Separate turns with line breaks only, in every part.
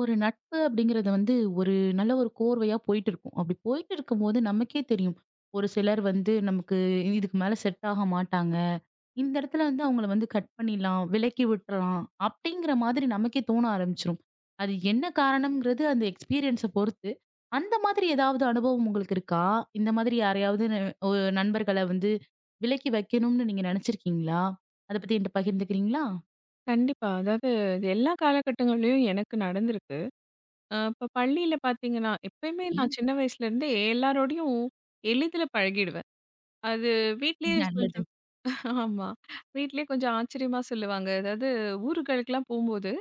ஒரு நட்பு அப்படிங்கிறது வந்து ஒரு நல்ல ஒரு கோர்வையா போயிட்டு இருக்கும். அப்படி போயிட்டு இருக்கும்போது நமக்கே தெரியும். ஒரு சிலர் வந்து நமக்கு இதுக்கு மேல செட் ஆக மாட்டாங்க. இந்த இடத்துல வந்து அவங்கள வந்து கட் பண்ணிடலாம், விலக்கி விட்டுறலாம் அப்படிங்கிற மாதிரி நமக்கே தோண ஆரம்பிச்சுரும். அது என்ன காரணம்ங்கிறது அந்த எக்ஸ்பீரியன்ஸ பொறுத்து. அந்த மாதிரி ஏதாவது அனுபவம் உங்களுக்கு இருக்கா? இந்த மாதிரி யாரையாவது ந ஒரு நண்பர்கள வந்து விலக்கி வைக்கணும்னு நீங்க நினைச்சிருக்கீங்களா? அத பத்தி என்ட்ட பகிர்ந்துக்கிறீங்களா?
கண்டிப்பா. அதாவது இது எல்லா காலகட்டங்கள்லயும் எனக்கு நடந்திருக்கு. இப்ப பள்ளியில பார்த்தீங்கன்னா, எப்பயுமே
சரி.
நான் சின்ன வயசுலேருந்தே எல்லாரோடையும் எளிதில பழகிடுவேன். அது வீட்லயே
நல்லது.
கொஞ்சம் ஆமா. வீட்லயே கொஞ்சம் ஆச்சரியமா சொல்லுவாங்க. அதாவது ஊருகளுக்கெல்லாம் போம்போது,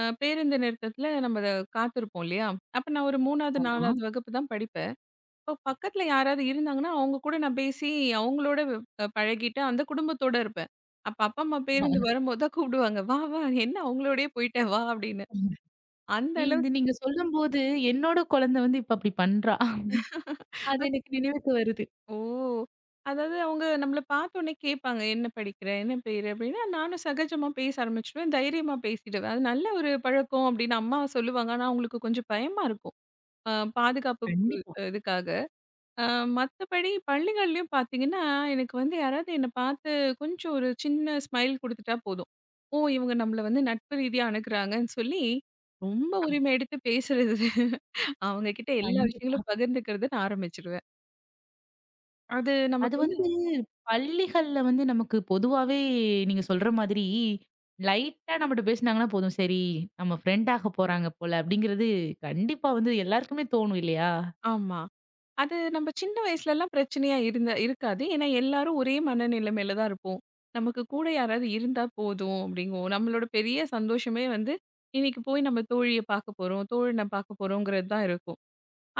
பேருந்து நிறுத்தத்தில நம்ம அத காத்திருப்போம் இல்லையா? அப்ப நான் ஒரு 3வது,
ஆமா.
4வது வகுப்பு தான் படிப்பேன். இப்போ பக்கத்துல யாராவது இருந்தாங்கன்னா, அவங்க கூட நான் பேசி அவங்களோட பழகிட்டு அந்த குடும்பத்தோட இருப்பேன். அப்ப அப்பா, அம்மா பேருந்து வரும்போது தான் கூப்பிடுவாங்க. "வா, வா என்ன அவங்களோடயே போயிட்ட வா" அப்படின்னு. அந்த
இது
அளவுக்கு
நீங்க சொல்லும்போது, என்னோட குழந்தை வந்து இப்ப அப்படி பண்றா. அது எனக்கு நினைவுக்கு வருது.
ஓ! அதாவது அவங்க நம்மள பார்த்தோனே கேட்பாங்க, "என்ன படிக்கிற? என்ன பேரு?" அப்படின்னா, நானும் சகஜமா பேச ஆரம்பிச்சுடுவேன். தைரியமா பேசிடுவேன். அது நல்ல ஒரு பழக்கம் அப்படின்னு அம்மா சொல்லுவாங்க. ஆனா அவங்களுக்கு கொஞ்சம் பயமா இருக்கும். அ பாதுகாப்பு பொரு-
கண்டிப்பா.
இதுக்காக. அ மத்தபடி பள்ளிகள்லயும் பார்த்தீங்கன்னா, எனக்கு வந்து யாராவது என்ன பார்த்து கொஞ்சம் ஒரு சின்ன ஸ்மைல் குடுத்துட்டா போதும். ஓ! இவங்க நம்மள வந்து நட்பு ரீதியா அணுகுறாங்கன்னு சொல்லி, ரொம்ப
அ
உரிமை எடுத்து பேசுறது. அவங்க கிட்ட எல்லா
கண்டிப்பா.
விஷயங்களும் பகிர்ந்துக்கிறதுன்னு ஆரம்பிச்சுருவேன். அது
அது
நமக்கு வந்து
வந்து பள்ளிகள்ல வந்து நமக்கு பொதுவாவே நீங்க சொல்ற மாதிரி, லைட்டா நம்மட்ட பேசுனாங்கன்னா போதும். சரி நம்ம ஃப்ரெண்ட் ஆக போறாங்க போல அப்படிங்கிறது கண்டிப்பா வந்து எல்லாருக்குமே தோணும் இல்லையா?
ஆமா. அது நம்ம சின்ன வயசுலலாம் பிரச்சனையா இருந்த இருக்காது. ஏன்னா எல்லாரும் ஒரே மனநிலைமையில தான் இருப்போம். நமக்கு கூட யாராவது இருந்தா போதும் அப்படிங்குவோம். நம்மளோட பெரிய சந்தோஷமே வந்து, இன்னைக்கு போய் நம்ம தோழிய பார்க்க போறோம், தோழன பார்க்க போறோங்கிறது தான் இருக்கும்.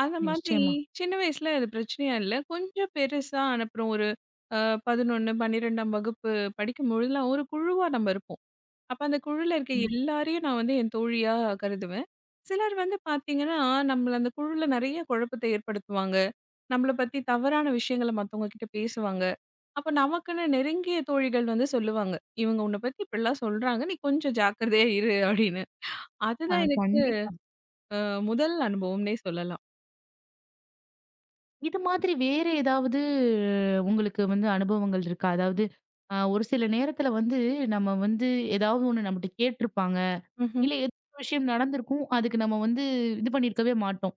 அந்த மாதிரி
நிச்சயமா.
சின்ன வயசுல அது பிரச்சனையா இல்ல. கொஞ்சம் பெருசா அனுப்புறோம். ஒரு அ 11, 12ஆம் வகுப்பு படிக்கும்பொழுதெல்லாம் ஒரு குழுவா நம்ம இருப்போம். அப்ப அந்த குழுல இருக்க எல்லாரையும் நான் வந்து என் தோழியா கருதுவேன். சிலர் வந்து பார்த்தீங்கன்னா, நம்மள அந்த குழுல நெறைய குழப்பத்தை ஏற்படுத்துவாங்க. நம்மள பத்தி தவறான விஷயங்கள மத்தவங்க கிட்ட பேசுவாங்க. அப்ப நமக்குன்னு நெருங்கிய தோழிகள் வந்து சொல்லுவாங்க. "இவங்க உன்ன பத்தி இப்படிலாம் சொல்றாங்க. நீ கொஞ்சம் ஜாக்கிரதையா இரு" அப்படின்னு.
அ
அதுதான் எனக்கு
கண்டிப்பா.
அ முதல் அனுபவம்னே சொல்லலாம்.
இது மாதிரி வேற ஏதாவது உங்களுக்கு வந்து அனுபவங்கள் இருக்கா? அதாவது, ஒரு சில நேரத்துல வந்து நம்ம வந்து ஏதாவது ஒண்ணு நம்மட்ட கேட்டிருப்பாங்க.
ம்ஹ்ம்.
இல்ல ஏதோ ஒரு விஷயம் நடந்திருக்கும். அதுக்கு நம்ம வந்து இது பண்ணியிருக்கவே மாட்டோம்.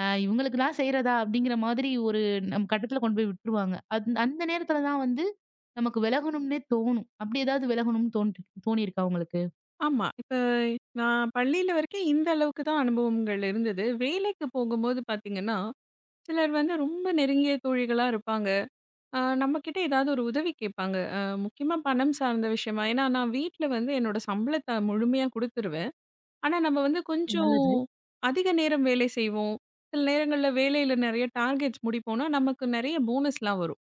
அ இவங்களுக்குலாம் செய்றதா அப்படிங்கிற மாதிரி ஒரு நம் கட்டத்துல கொண்டு போய் விட்டுருவாங்க. அந்த நேரத்துல தான் வந்து நமக்கு விலகணும்னே தோணும். அப்படி ஏதாவது விலகணும்னு தோணியிருக்கா உங்களுக்கு?
ஆமா. இப்ப நான் பள்ளியில வரைக்கும் இந்த அளவுக்கு தான் அனுபவங்கள் இருந்தது. வேலைக்கு போகும்போது பார்த்தீங்கன்னா, சிலர் வந்து ரொம்ப நெருங்கிய தோழிகளா இருப்பாங்க. நம்மகிட்ட ஏதாவது ஒரு உதவி கேட்பாங்க. முக்கியமா பணம் சார்ந்த விஷயமா. ஏன்னா, நான் வீட்ல வந்து என்னோட சம்பளத்த முழுமையா குடுத்துருவேன். ஆனா, நம்ம வந்து கொஞ்சம்
நல்லது.
அதிக நேரம் வேலை செய்வோம். சில நேரங்கள்ல வேலையில நெறைய டார்கெட்ஸ் முடிப்போம்னா, நமக்கு நெறைய போனஸ்லாம் வரும்.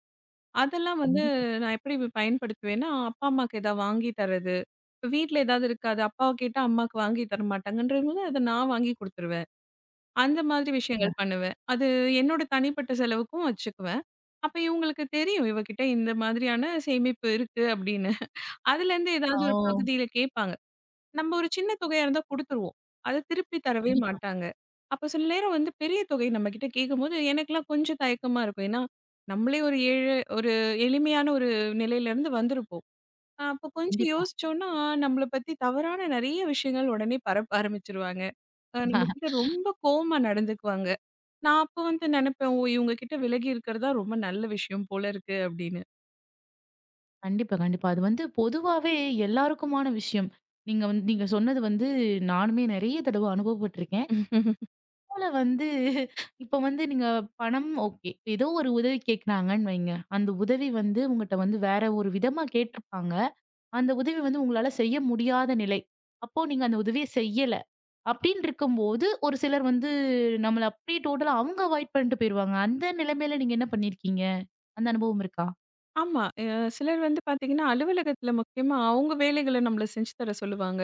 அதெல்லாம் வந்து
கண்டிப்பாங்க.
நான் எப்படி பயன்படுத்துவேன்னா, அப்பா, அம்மாக்கு ஏதாவது வாங்கி தர்றது. இப்ப வீட்ல ஏதாவது இருக்காது. அப்பாவ கேட்டா அம்மாக்கு வாங்கி தர மாட்டாங்கன்றதுனால, அத நான் வாங்கி குடுத்துருவேன். அந்த மாதிரி விஷயங்கள் பண்ணுவேன். அது என்னோட தனிப்பட்ட செலவுக்கும் வச்சுக்குவேன். அப்ப இவங்களுக்கு தெரியும், இவகிட்ட இந்த மாதிரியான சேமிப்பு இருக்கு அப்படின்னு. அதுலேருந்து ஏதாவது ஒரு
ஓ!
பகுதியில கேட்பாங்க. நம்ம ஒரு சின்ன தொகையா இருந்தா குடுத்துருவோம். அத திருப்பி தரவே
கண்டிப்பா,
மாட்டாங்க. அப்ப சில நேரம் வந்து பெரிய தொகை நம்மகிட்ட கேட்கும்போது, எனக்கெல்லாம் கொஞ்சம் தயக்கமா இருக்கும். ஏன்னா, நம்மளே ஒரு ஏழை ஒரு எளிமையான ஒரு நிலையிலேருந்து வந்திருப்போம். அப்ப கொஞ்சம்
கண்டிப்பா.
யோசிச்சோம்னா, நம்மள பத்தி தவறான நெறைய விஷயங்கள் உடனே பரப்ப ஆரம்பிச்சுருவாங்க.
ஆஹ்!
நம்மகிட்ட ரொம்ப கோவமா நடந்துக்குவாங்க. நான் அப்ப வந்து நெனைப்பேன், "ஓ! இவங்க கிட்ட விலகி இருக்கிறது தான் ரொம்ப நல்ல விஷயம் போல இருக்கு" அப்படின்னு.
கண்டிப்பா, கண்டிப்பா. அது வந்து பொதுவாவே எல்லாருக்குமான விஷயம். நீங்க வந்து நீங்க சொன்னது வந்து நானுமே நெறைய தடவ அனுபவப்பட்டுருக்கேன். போல வந்து இப்ப வந்து நீங்க பணம் ஓகே. ஏதோ ஒரு உதவி கேட்குறாங்கன்னு வைங்க. அந்த உதவி வந்து உங்கட்ட வந்து வேற ஒரு விதமா கேட்டிருப்பாங்க. அந்த உதவி வந்து உங்களால செய்ய முடியாத நிலை. அப்போ நீங்க அந்த உதவிய செய்யல. அப்படின்னு இருக்கும்போது, ஒரு சிலர் வந்து நம்மள அப்படியே டோட்டலா அவங்க அவாய்ட் பண்ணிட்டு போயிருவாங்க. அந்த நிலைமையில நீங்க என்ன பண்ணியிருக்கீங்க? அந்த அனுபவம் இருக்கா?
ஆமா. சிலர் வந்து பார்த்தீங்கன்னா, அலுவலகத்தில முக்கியமா அவங்க வேலைகள நம்மள செஞ்சு தர சொல்லுவாங்க.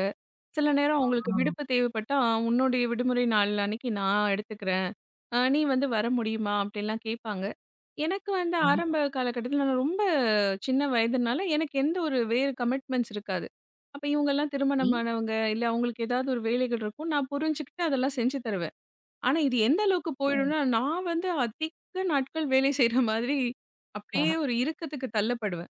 சில நேரம் அவங்களுக்கு
ஆ.
விடுப்பு தேவைப்பட்டா, "உன்னுடைய விடுமுறை நாள் அன்னைக்கு நான் எடுத்துக்கிறேன். நீ வந்து வர முடியுமா?" அப்படிலாம் கேட்பாங்க. எனக்கு வந்து
கண்டிப்பா.
ஆரம்ப காலகட்டத்தில நான் ரொம்ப சின்ன வயதுனால, எனக்கு எந்த ஒரு வேறு கமிட்மெண்ட்ஸ் இருக்காது. அப்ப இவங்கலாம்
இ
திருமணமானவங்க, இல்ல அவங்களுக்கு ஏதாவது ஒரு வேலைகள் இருக்கும். நான் புரிஞ்சுகிட்டு அதெல்லாம் செஞ்சு தருவேன். ஆனா இது எந்த அளவுக்கு
ஓ!
போயிடும்னா, நான் வந்து அதிக நாட்கள் வேலை செய்ற மாதிரி அப்படியே ஒரு இறுக்கத்துக்கு தள்ளப்படுவேன்.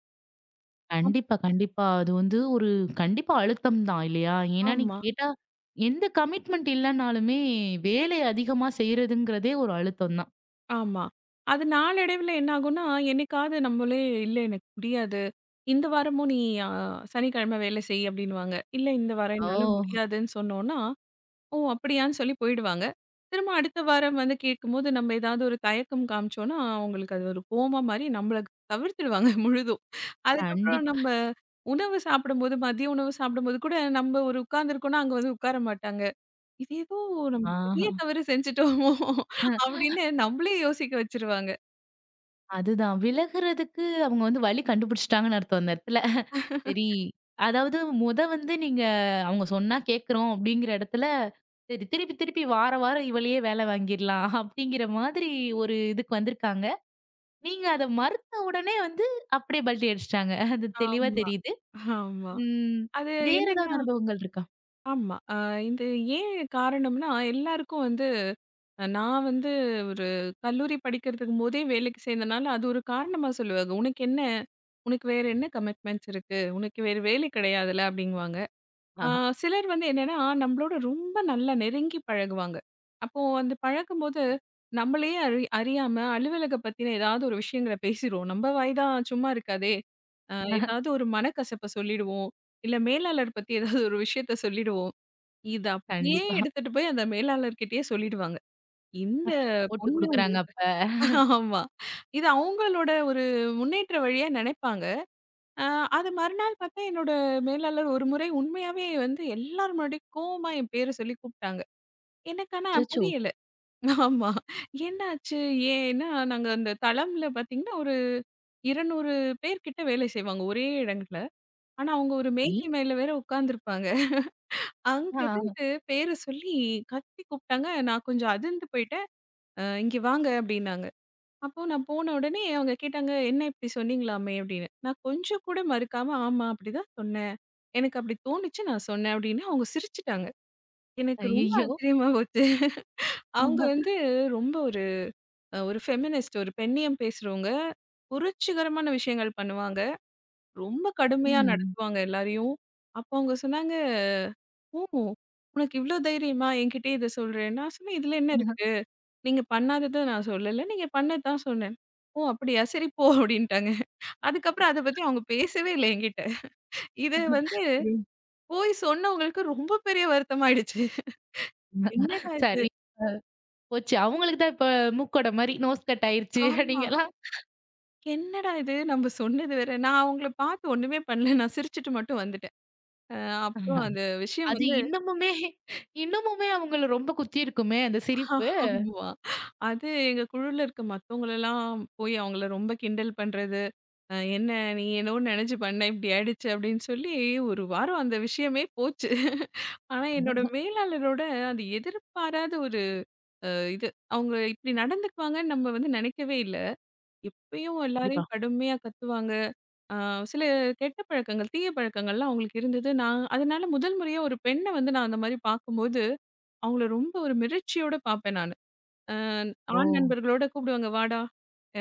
அப்
கண்டிப்பா, கண்டிப்பா. அது வந்து ஒரு கண்டிப்பா அழுத்தம் தான் இல்லையா? ஏன்னா நீ
ஆமா.
கேட்டா, எந்த கமிட்மெண்ட் இல்லனாலுமே வேலை அதிகமா செய்றதுங்கிறதே ஒரு அழுத்தம் தான்.
ஆமா. அது நாளடைவில என்ன ஆகும்னா, என்னைக்காவது நம்மளே "இல்ல எனக்கு முடியாது. இந்த வாரமும் நீ அ சனிக்கிழமை வேலை செய்" அப்படின்னுவாங்க. இல்ல இந்த வாரம்
ஓ!
என்னால முடியாதுன்னு சொன்னோம்னா, "ஓ! அப்படியான்னு" சொல்லி போயிடுவாங்க. திரும்ப அடுத்த வாரம் வந்து கேட்கும்போது நம்ம ஏதாவது ஒரு தயக்கம் காமிச்சோம்னா, அவங்களுக்கு அது ஒரு கோவமா மாறி நம்மள தவிர்த்துடுவாங்க முழுதும். அதுக்கப்புறம்
கண்டிப்பா.
நம்ம உணவு சாப்பிடும்போது மதிய உணவு சாப்பிடும்போது கூட நம்ம ஒரு உட்கார்ந்துருக்கோம்னா, அங்க வந்து உட்கார மாட்டாங்க. இது ஏதோ நம்ம
ஆ.
பெரிய தவறு செஞ்சுட்டோமோ! அப்படின்னு நம்மளே யோசிக்க வச்சுருவாங்க.
அதுதான் விலகுறதுக்கு அவங்க வந்து வழி கண்டுபிடிச்சுட்டாங்கன்னு அர்த்தம் அந்த இடத்துல. சரி, அதாவது முத வந்து நீங்க அவங்க சொன்னா கேட்கிறோம் அப்படிங்கிற இடத்துல, சரி திருப்பி திருப்பி வார வாரம் இவளயே வேலை வாங்கிரலாம் அப்படிங்கிற மாதிரி ஒரு இதுக்கு வந்திருக்காங்க. நீங்க அத மறுத்த உடனே வந்து அப்படியே பல்டி அடிச்சுட்டாங்க. அது தெளிவா
ஆமா.
தெரியுது.
ஆமா.
ம்.
அது
வேற
என்னன்னா
ஏதாவது அனுபவங்கள் இருக்கா?
ஆமா. இது ஏன் காரணம்னா, எல்லாருக்கும் வந்து நான் வந்து ஒரு கல்லூரி படிக்கிறதுக்கும் போதே வேலைக்கு சேர்ந்தனால, அது ஒரு காரணமா சொல்லுவாங்க. "உனக்கு என்ன? உனக்கு வேற என்ன கமிட்மெண்ட்ஸ் இருக்கு? உனக்கு வேற வேலை கிடையாதுல்ல" அப்படிங்குவாங்க. ஆ
ஆஹ,
சிலர் வந்து என்னன்னா, நம்மளோட ரொம்ப நல்லா நெருங்கி பழகுவாங்க. அப்போ அந்த பழகும்போது, நம்மளயே அறியாம அலுவலக பத்தின ஏதாவது ஒரு விஷயங்கள பேசிருவோம். நம்ம வாய் தான் சும்மா இருக்காதே! அ
ஆஹ.
ஏதாவது ஒரு மனக்கசப்ப சொல்லிடுவோம். இல்ல மேலாளர் பத்தி ஏதாவது ஒரு விஷயத்த சொல்லிடுவோம். இத அப்படியே
கண்டிப்பா.
எடுத்துட்டு போய் அந்த மேலாளர்கிட்டயே சொல்லிடுவாங்க. இந்த
ஓட்டு
பொண்ணு
குடுக்குறாங்க அப்ப.
ஆமா. இது அவங்களோட ஒரு முன்னேற்ற வழியா நெனைப்பாங்க. ஆ, அது மறுநாள் பார்த்தா என்னோட மேலாளர் ஒரு முறை உண்மையாவே வந்து எல்லார் முன்னாடியும் கோவமா என் பேர சொல்லி கூப்பிட்டாங்க. எனக்கு ஆனா
அச்சச்சோ!
புரியல. ஆமா. என்னாச்சு? ஏன்னா நாங்க அந்த தளம்ல பார்த்தீங்கன்னா, ஒரு 200 பேர் கிட்ட வேலை செய்வாங்க ஒரே இடங்கள்ல. ஆனா அவங்க ஒரு
சரி.
மேஜை மேல வேற உட்கார்ந்திருப்பாங்க.
ஆ.
அங்கிருந்து பேர சொல்லி கத்தி கூப்பிட்டாங்க. நான் கொஞ்சம் அதிர்ந்து போயிட்டேன். "இங்க வாங்க" அப்படின்னாங்க. அப்போ நான் போன உடனே அவங்க கேட்டாங்க, "என்ன இப்படி சொன்னீங்களாமே?" அப்படின்னு. நான் கொஞ்சம் கூட மறுக்காம, "ஆமா, அப்படிதான் சொன்னேன். எனக்கு அப்படி தோணுச்சு நான் சொன்னேன்" அப்படின்னு அவங்க சிரிச்சுட்டாங்க. எனக்கு ரொம்ப
ஐயய்யோ!
ஆச்சரியமா போச்சு. அவங்க வந்து ரொம்ப ஒரு ஒரு ஃபெமினிஸ்ட், ஒரு பெண்ணியம் பேசுறவங்க. புரட்சிகரமான விஷயங்கள் பண்ணுவாங்க. ரொம்ப கடுமையா
ம்.
நடத்துவாங்க எல்லாரையும். அப்போ அவங்க சொன்னாங்க, "ஓ! உனக்கு இவ்ளோ தைரியமா என்கிட்டயே இத சொல்றேன்னு?" நான் சொன்னேன், "இதுல என்ன இருக்கு? நீங்க பண்ணாதத நான் சொல்லல. நீங்க பண்ணது தான் சொன்னேன்." "ஓ! அப்படியா? சரி போ" அப்படின்ட்டாங்க. அதுக்கப்புறம் அத பத்தி அவங்க பேசவே இல்ல என்கிட்ட. இது வந்து
புரியுது.
போய் சொன்னவங்களுக்கு ரொம்ப பெரிய வருத்தமாயிடுச்சு. என்னடா இது?
சரி போச்சு. அவங்களுக்கு தான் இப்ப மூக்கோட மாரி நோஸ் கட் ஆயிருச்சு
ஆமா.
அப்படிங்கலாம்.
என்னடா இது? நம்ம சொன்னது வேற. நான் அவங்கள பார்த்து ஒண்ணுமே பண்ணல. நான் சிரிச்சுட்டு மட்டும் வந்துட்டேன். அ அப்புறம் அந்த விஷயம்
அது
வந்து
இன்னமுமே இன்னமுமே அவங்கள ரொம்ப குத்தி இருக்குமே அந்த சிரிப்பு.
ஆமா. அது எங்க குழுல இருக்க மத்தவங்களலாம் போய் அவங்கள ரொம்ப கிண்டல் பண்றது. "என்ன நீ என்னவோ நெனச்சு பண்ண, இப்படி ஆயிடுச்சு" அப்படின்னு சொல்லி 1 வாரம் அந்த விஷயமே போச்சு. ஆனா என்னோட மேலாளரோட அது எதிர்பாராத ஒரு அ இது அவங்க இப்படி நடந்துக்குவாங்கன்னு நம்ம வந்து நினைக்கவே இல்ல. எப்பயும்
கண்டிப்பா.
எல்லாரையும் கடுமையா கத்துவாங்க. அ சில கெட்ட பழக்கங்கள், தீய பழக்கங்கள்லாம் அவங்களுக்கு இருந்தது. நான் அதனால முதல் முறையா ஒரு பெண்ண வந்து நான் அந்த மாரி பார்க்கும்போது, அவங்கள ரொம்ப ஒரு மிரட்சியோட பார்ப்பேன் நானு. அ
ஓ!
ஆண் நண்பர்களோட கூப்பிடுவாங்க, "வாடா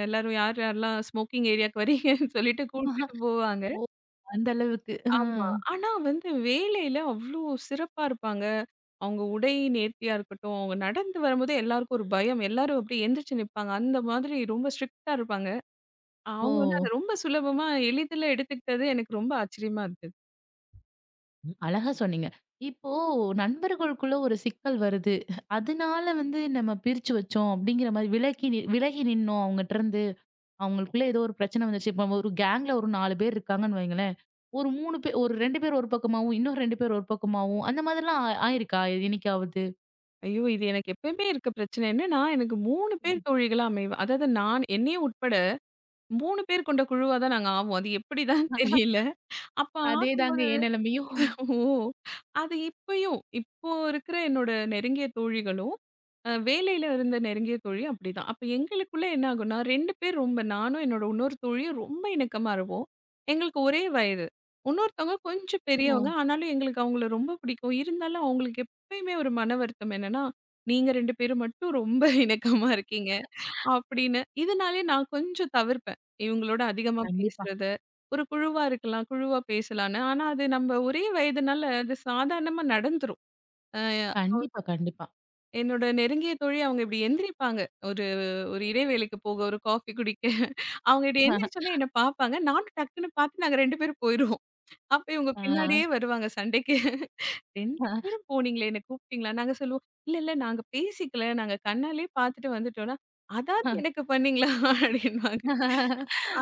எல்லாரும் யார் யாரெல்லாம் ஸ்மோக்கிங் ஏரியாவுக்கு வரீங்கன்னு" சொல்லிட்டு கூப்பிட்டுட்டு போவாங்க.
ஓ! அந்த அளவுக்கு. ஆ.
ஆமா. ஆனா வந்து வேலையில அவ்ளோ சிறப்பா இருப்பாங்க. அவங்க உடை நேர்த்தியா இருக்கட்டும், அவங்க நடந்து வரும்போதே எல்லாருக்கும் ஒரு பயம். எல்லாரும் அப்படியே எந்திரிச்சு நிப்பாங்க. அந்த மாதிரி ரொம்ப ஸ்ட்ரிக்ட்டா இருப்பாங்க.
ஓ!
அவங்க வந்து அத ரொம்ப சுலபமா, எளிதில எடுத்துக்கிட்டது எனக்கு ரொம்ப ஆச்சரியமா இருந்தது.
ம், அழகா சொன்னீங்க. இப்போ நண்பர்களுக்குள்ள ஒரு சிக்கல் வருது. அதனால வந்து நம்ம பிரிச்சு வச்சோம் அப்படிங்கிற மாரி விலக்கி நி விலகி நின்னோம் அவங்கட்டருந்து. அவங்களுக்குள்ள ஏதோ ஒரு பிரச்சனை வந்துருச்சு. இப்ப ஒரு கேங்ல ஒரு 4 பேர் இருக்காங்கன்னு வைங்களேன். ஒரு 3 பேர் ஒரு 2 பேர் ஒரு பக்கமாவும், இன்னும் 2 பேர் ஒரு பக்கமாவும் அந்த மாதிரிலாம் ஆயிருக்கா என்னைக்காவது?
ஐயோ! இது எனக்கு எப்பயுமே இருக்க பிரச்சனைன்னு, நான் எனக்கு 3 பேர் தோழிகளா அமைவேன். அதாவது நான் என்னையும் உட்பட 3 பேர் கொண்ட குழுவா தான் நாங்க ஆவோம். அது எப்படிதான் தெரியல. அப்ப ஆகும்
அதேதாங்க என் நிலைமையும்.
ஓ! அது இப்பயும், இப்போ இருக்கிற என்னோட நெருங்கிய தோழிகளும், வேலையில இருந்த நெருங்கிய தோழி அப்படிதான். அப்ப எங்களுக்குள்ள என்ன ஆகும்னா, 2 பேர் ரொம்ப நானும் என்னோட இன்னொரு தோழியும் ரொம்ப இணக்கமா இருப்போம். எங்களுக்கு ஒரே வயது. இன்னொருத்தவங்க கொஞ்சம்
ஓ!
பெரியவங்க. ஆனாலும் எங்களுக்கு அவங்கள ரொம்ப பிடிக்கும். இருந்தாலும் அவங்களுக்கு எப்பயுமே ஒரு மன வருத்தம் என்னன்னா, நீங்க 2 பேரும் மட்டும் ரொம்ப இணக்கமா இருக்கீங்க. அப்படின்னு. இதனாலயே நான் கொஞ்சம் தவிர்ப்பேன். இவங்களோட அதிகமா
கண்டிப்பா.
பேசுறத. ஒரு குழுவா இருக்கலாம், குழுவா பேசலான்னு. ஆனா அது நம்ம ஒரே வயதுனால அது சாதாரணமா நடந்துரும். அ
கண்டிப்பா, கண்டிப்பா.
என்னோட நெருங்கிய தோழி அவங்க இப்படி எந்திரிப்பாங்க. ஒரு ஒரு இடைவேளைக்கு போக, ஒரு காஃபி குடிக்க. அவங்க இப்படி
ஆ.
எந்திரிச்சோனே என்ன பார்ப்பாங்க. நானும் டக்குன்னு பார்த்து நாங்க 2 பேரும் போயிருவோம். அப்ப இவங்க பின்னாடியே வருவாங்க சண்டைக்கு. 2
ஆ,
பேரும் போனீங்களே! என்ன கூப்பிட்டீங்களா? நாங்க சொல்லுவோம், "இல்ல, இல்ல நாங்க பேசிக்கல. நாங்க கண்ணாலே பார்த்துட்டு வந்துட்டோம்னா" "அதாவது எனக்கு பண்ணீங்களா?" அப்படின்னுவாங்க.
ஆ.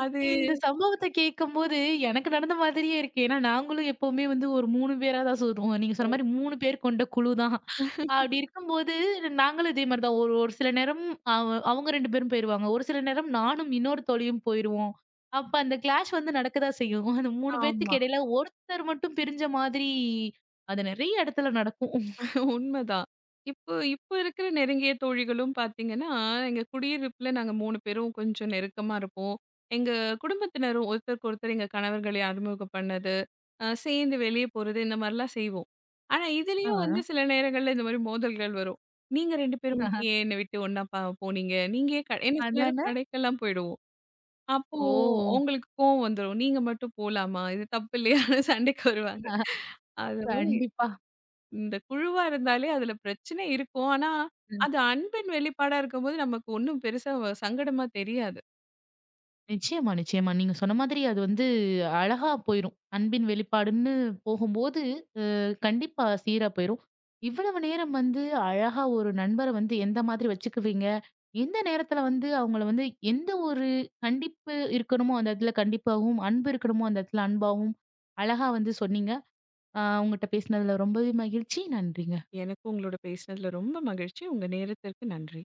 அது
இந்த சம்பவத்த கேட்கும்போது, எனக்கு நடந்த மாதிரியே இருக்கு. ஏன்னா, நாங்களும் எப்பவுமே வந்து ஒரு 3 பேரா தான் சுடுவோம். நீங்க சொன்ன மாரி 3 பேர் கொண்ட குழு தான். அப்படி இருக்கும்போது, நாங்களும் இதே மாரி தான். ஒரு ஒரு சில நேரம் அவங்க 2 பேரும் போயிருவாங்க. ஒரு சில நேரம் நானும் இன்னொரு தோழியும் போயிருவோம். அப்ப அந்த கிளாஷ் வந்து நடக்க தான் செய்யும். அந்த 3 பேத்துக்கு
ஆமா.
இடையில ஒருத்தர் மட்டும் பிரிஞ்ச மாதிரி, அது நெறைய இடத்துல நடக்கும்.
உண்மதான். இப்போ இப்போ இருக்கிற நெருங்கிய தோழிகளும் பார்த்தீங்கன்னா, எங்க குடியிருப்புல நாங்க 3 பேரும் கொஞ்சம் நெருக்கமா இருப்போம். எங்க குடும்பத்தினரும் ஒருத்தருக்கு ஒருத்தர் எங்க கணவர்களை அறிமுகம் பண்ணது, சேர்ந்து வெளிய போறது இந்த மாரிலாம் செய்வோம். ஆனா
ஆ.
இதுலயும் வந்து சில நேரங்கள்ல இந்த மாரி மோதல்கள் வரும். நீங்க 2 பேரும்
ஆஹ.
மட்டும் ஏன் என்ன விட்டு ஒண்ணா ப போனீங்க? நீங்க ஏன் க ஏன்னா சில நேரம்
அதானே!
கடைக்கெல்லாம் போயிடுவோம். அப்போ
ஓ!
அவங்களுக்கு கோவம் வந்துரும். நீங்க மட்டும் போலாமா? இது தப்பு இல்லையான்னு சண்டைக்கு வருவாங்க. அது
கண்டிப்பா.
இந்த குழுவா இருந்தாலே அதுல பிரச்சனை இருக்கும். ஆனா, அது அன்பின் வெளிப்பாடா இருக்கும்போது நமக்கு ஒண்ணும் பெருசா வ- சங்கடமா தெரியாது.
நிச்சயமா, நிச்சயமா. நீங்க சொன்ன மாதிரி அது வந்து அழகா போயிரும். அன்பின் வெளிப்பாடுன்னு போகும்போது, கண்டிப்பா சீரா போயிரும். இவ்வளவு நேரம் வந்து அழகா ஒரு நண்பர வந்து எந்த மாதிரி வச்சுக்குவீங்க? எந்த நேரத்துல வந்து அவங்கள வந்து எந்த ஒரு கண்டிப்பு இருக்கணுமோ, அந்த இடத்துல கண்டிப்பாவும், அன்பு இருக்கணுமோ, அந்த இடத்துல அன்பாவும், அழகா வந்து சொன்னீங்க. அ உங்கட்ட பேசினதுல ரொம்பவே மகிழ்ச்சி. நன்றிங்க.
எனக்கும் உங்களோட பேசினதுல ரொம்ப மகிழ்ச்சி. உங்க நேரத்திற்கு நன்றி.